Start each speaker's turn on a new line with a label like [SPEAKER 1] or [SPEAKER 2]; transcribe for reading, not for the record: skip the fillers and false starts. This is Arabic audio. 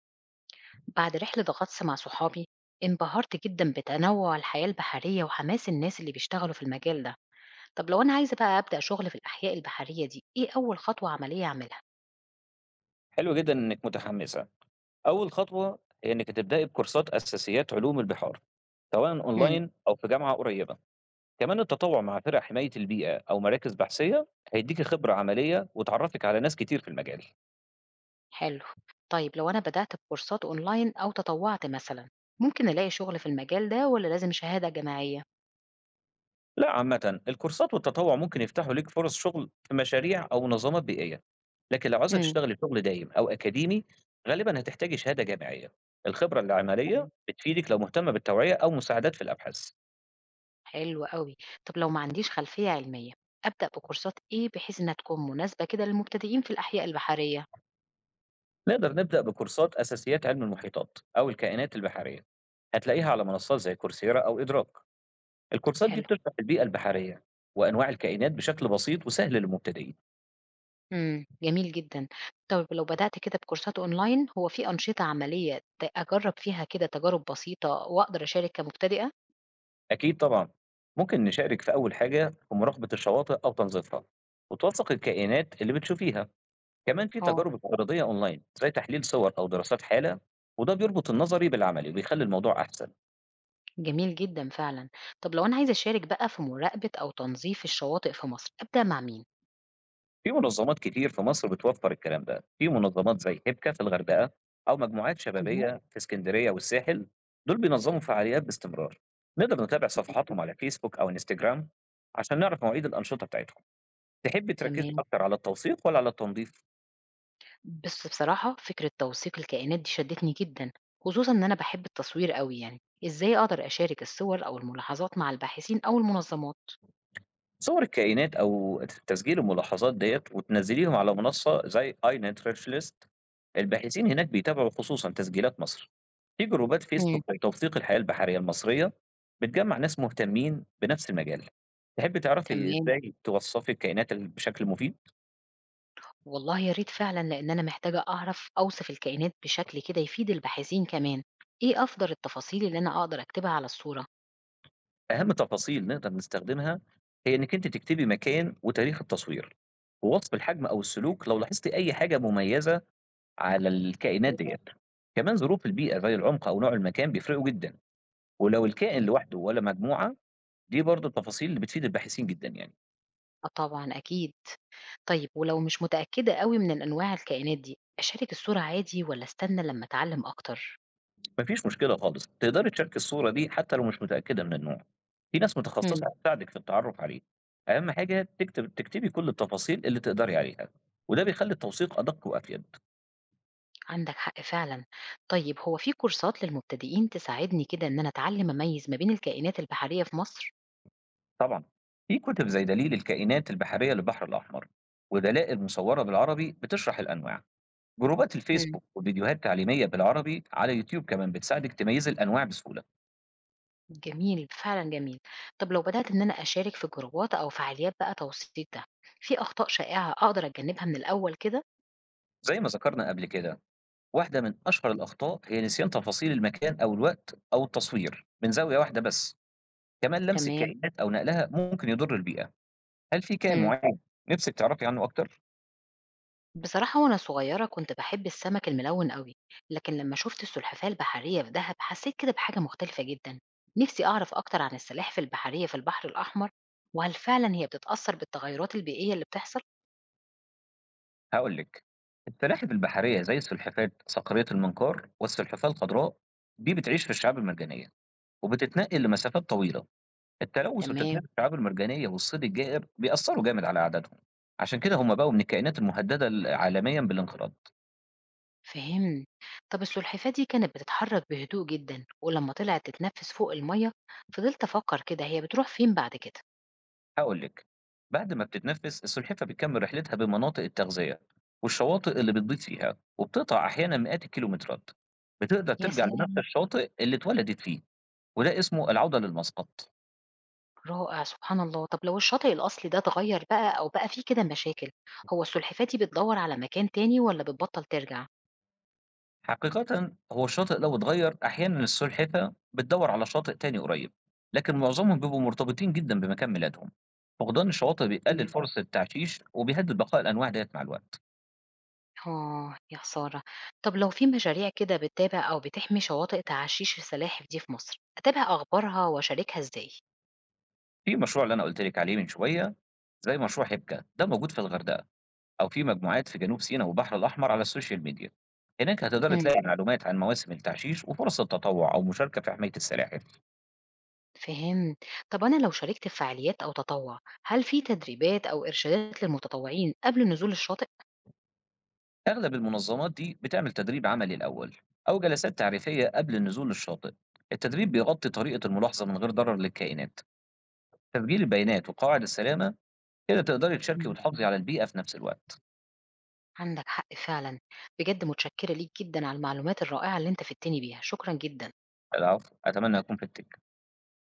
[SPEAKER 1] بعد رحلة غطس مع صحابي، انبهرت جدا بتنوع الحياة البحرية وحماس الناس اللي بيشتغلوا في المجال ده. طب لو أنا عايزة بقى أبدأ شغل في الأحياء البحرية دي، إيه أول خطوة عملية أعملها؟
[SPEAKER 2] حلو جدًا إنِّك متحمّسة. أول خطوة هي إنِّك هتبدئي بكورسات أساسيات علوم البحار، سواء
[SPEAKER 1] امم
[SPEAKER 2] أونلاين أو في جامعة قريّبة. كمان التطوع مع فرق حماية البيئة أو مراكز بحثية هيدّيكِ خبرة عملية وتعرّفِك على ناس كتير في المجال.
[SPEAKER 1] حلو. طيب لو أنا بدأت بكورسات أونلاين أو تطوعت مثلا، ممكن ألاقي شغل في المجال ده ولا لازم شهادة جامعية؟
[SPEAKER 2] لأ، عامةً الكورسات والتطوع ممكن يفتحوا ليك فرص شغل في مشاريع أو منظمات بيئية، لكن لو عايزة
[SPEAKER 1] امم
[SPEAKER 2] تشتغلي شغل دايم أو أكاديمي غالبًا هتحتاجي شهادة جامعية. الخبرة العملية بتفيدِك لو مهتمة بالتوعية أو مساعدات في الأبحاث.
[SPEAKER 1] حلو قوي. طب لو ما عنديش خلفية علمية، أبدأ بكورسات إيه بحيث إنها تكون مناسبة كده للمبتدئين في الأحياء البحرية؟
[SPEAKER 2] نقدر نبدأ بكورسات أساسيات علم المحيطات أو الكائنات البحرية، هتلاقيها على منصات زي كورسيرا أو إدراك. الكورسات دي
[SPEAKER 1] حلو.
[SPEAKER 2] بتشرح البيئة البحرية وأنواع الكائنات بشكل بسيط وسهل للمبتدئين.
[SPEAKER 1] إمم، جميل جدًا. طب لو بدأت كده بكورسات online، هو في أنشطة عملية أجرّب فيها كده تجارب بسيطة وأقدر أشارك كمبتدئة؟
[SPEAKER 2] أكيد طبعا، ممكن نشارك في أول حاجة في مراقبة الشواطئ أو تنظيفها وتوثق الكائنات اللي بتشوفيها. كمان في
[SPEAKER 1] آه.
[SPEAKER 2] تجارب افتراضية أونلاين زي تحليل صور أو دراسات حالة، وده بيربط النظري بالعملي وبيخلي الموضوع أحسن.
[SPEAKER 1] جميل جدًا فعلًا. طب لو أنا عايزة أشارك بقى في مراقبة أو تنظيف الشواطئ في مصر، أبدأ مع مين؟
[SPEAKER 2] في منظمات كتير في مصر بتوفر الكلام ده، في منظمات زي هيبكا في الغردقة، أو مجموعات
[SPEAKER 1] اهم.
[SPEAKER 2] شبابية في اسكندرية والساحل، دول بينظموا فعاليات باستمرار، نقدر نتابع
[SPEAKER 1] جميل.
[SPEAKER 2] صفحاتهم على فيسبوك أو انستجرام عشان نعرف مواعيد الأنشطة بتاعتهم، تحبي تركزي
[SPEAKER 1] تمام.
[SPEAKER 2] أكتر على التوثيق ولا على التنظيف؟
[SPEAKER 1] بس بصراحة فكرة توثيق الكائنات دي شدّتني جدًا، خصوصًا إن أنا باحب التصوير أوي يعني. إزاي أقدر أشارك الصور أو الملاحظات مع الباحثين أو المنظمات؟
[SPEAKER 2] صور الكائنات أو تسجيل الملاحظات ديّة وتنزليهم على منصة زي iNaturalist، الباحثين هناك بيتابعوا خصوصًا تسجيلات مصر. في جروبات
[SPEAKER 1] إمم.
[SPEAKER 2] فيسبوك لتوثيق الحياة البحرية المصرية بتجمع ناس مهتمين بنفس المجال. تحب تعرفي
[SPEAKER 1] تمام.
[SPEAKER 2] ازاي توصفي الكائنات بشكل مفيد؟
[SPEAKER 1] والله يا ريت فعلًا، لإن أنا محتاجة أعرف أوصف الكائنات بشكل كده يفيد الباحثين كمان. إيه أفضل التفاصيل اللي أنا أقدر أكتبها على الصورة؟
[SPEAKER 2] اهم تفاصيل نقدر نستخدمها هي انك انت تكتبي مكان وتاريخ التصوير، ووصف الحجم او السلوك لو لاحظتي اي حاجة مميزة على الكائنات ديت. كمان ظروف البيئة زي العمق او نوع المكان بيفرقوا جدا، ولو الكائن
[SPEAKER 1] تمام.
[SPEAKER 2] لوحده ولا مجموعة، دي برضه التفاصيل اللي بتفيد الباحثين جدا يعني.
[SPEAKER 1] آه طبعًا أكيد. طيب ولو مش متأكدة أوي من الأنواع الكائنات دي، أشارك الصورة عادي والّا أستنى لمّا أتعلم أكتر؟
[SPEAKER 2] ما فيش مشكلة خالص، تقدري تشاركي الصورة دي حتى لو مش متأكدة من النوع، في ناس
[SPEAKER 1] إمم.
[SPEAKER 2] متخصصة هتساعدك في التعرف عليه، أهم حاجة تكتبي كل التفاصيل اللي تقدري عليها، وده بيخلي التوثيق أدق وأفيد.
[SPEAKER 1] عندك حق فعلًا. طيب هو في كورسات للمبتدئين تساعدني كده إن أنا أتعلم أميّز ما بين الكائنات البحرية في مصر؟
[SPEAKER 2] طبعًا في كتب زي دليل الكائنات البحرية للبحر الأحمر، ودلائل مصورة بالعربي بتشرح الأنواع، جروبات
[SPEAKER 1] إمم.
[SPEAKER 2] الفيسبوك وفيديوهات تعليمية بالعربي على يوتيوب كمان بتساعدك تميزي الأنواع بسهولة.
[SPEAKER 1] جميل، فعلًا جميل. طب لو بدأت إن أنا أشارك في جروبات أو فعاليات بقى توثيق ده، في أخطاء شائعة أقدر أتجنبها من الأول كده؟
[SPEAKER 2] زي ما ذكرنا قبل كده، واحدة من أشهر الأخطاء هي نسيان تفاصيل المكان أو الوقت أو التصوير من زاوية واحدة بس. كمان لمس
[SPEAKER 1] تمام.
[SPEAKER 2] الكائنات أو نقلها ممكن يضر البيئة، هل في كائن
[SPEAKER 1] إمم.
[SPEAKER 2] معين نفسِك تعرفي عنه أكتر؟
[SPEAKER 1] بصراحة وأنا صغيرة كنت باحب السمك الملون أوي، لكن لمّا شُفت السلحفاة البحرية في دهب حسيت كده بحاجة مختلفة جدًا. نفسي أعرف أكتر عن السلاحف البحرية في البحر الأحمر، وهل فعلًا هي بتتأثر بالتغيرات البيئية اللي بتحصل؟
[SPEAKER 2] هاقول لِك، السلاحف البحرية زي السلحفاة صقرية المنقار والسلحفاة الخضراء دي بتعيش في الشعاب المرجانية وبتتنقل لمسافات طويلة، التلوث
[SPEAKER 1] تمام.
[SPEAKER 2] وتدمير الشعاب المرجانية والصيد الجائر بيأثروا جامد على أعدادهم، عشان كده هم بقوا من الكائنات المهددة عالميًا بالانقراض.
[SPEAKER 1] فهمت. طب السلحفاة دي كانت بتتحرك بهدوء جدا، ولما طلعت تتنفس فوق المية فضلت أفكر كده، هي بتروح فين بعد كده؟
[SPEAKER 2] هاقول لِك، بعد ما بتتنفّس السلحفاة بتكمّل رحلتها بمناطق التغذية والشواطئ اللي بتبيض فيها، وبتقطع أحيانًا مئات الكيلومترات، بتقدر
[SPEAKER 1] يا
[SPEAKER 2] ترجع لنفس
[SPEAKER 1] سلام.
[SPEAKER 2] الشاطئ اللي اتولدت فيه، وده اسمه العودة للمسقط.
[SPEAKER 1] رائع، سبحان الله. طب لو الشاطئ الأصلي ده اتغير بقى أو بقى فيه كده مشاكل، هو السلحفاة دي بتدور على مكان تاني ولا بتبطل ترجع؟
[SPEAKER 2] حقيقةً هو الشاطئ لو اتغيّر أحيانًا السلحفاة بتدوّر على شاطئ تاني قريب، لكن معظمهم بيبقوا مرتبطين جدًا بمكان ميلادهم. فقدان الشواطئ بيقلل
[SPEAKER 1] مم.
[SPEAKER 2] فرص التعشيش وبيهدّد بقاء الأنواع ديّة مع الوقت.
[SPEAKER 1] آه يا خسارة. طب لو في مشاريع كده بتتابع أو بتحمي شواطئ تعشيش السلاحف دي في مصر، أتابع أخبارها وأشاركها إزاي؟
[SPEAKER 2] في المشروع اللي أنا قُلت لِك عليه من شوية، زي مشروع هيبكا، ده موجود في الغردقة. أو في مجموعات في جنوب سيناء والبحر الأحمر على السوشيال ميديا. هناك هتقدري تلاقي معلومات عن مواسم التعشيش وفرص التطوع أو مشاركة في حماية السلاحف.
[SPEAKER 1] فهمت. طب أنا لو شاركت في فعاليات أو تطوع، هل في تدريبات أو إرشادات للمتطوعين قبل نزول الشاطئ؟
[SPEAKER 2] أغلب المنظمات دي بتعمل تدريب عملي الأول أو جلسات تعريفية قبل النزول للشاطئ. التدريب بيغطي طريقة الملاحظة من غير ضرر للكائنات، تسجيل البيانات وقواعد السلامة، كده تقدري تشاركي
[SPEAKER 1] مم.
[SPEAKER 2] وتحافظي على البيئة في نفس الوقت.
[SPEAKER 1] عندك حق فعلا. بجد متشكرة ليك جدا على المعلومات الرائعة اللي أنت فدتني بيها، شكرا جدا.
[SPEAKER 2] العفو، أتمنى أكون فدتك.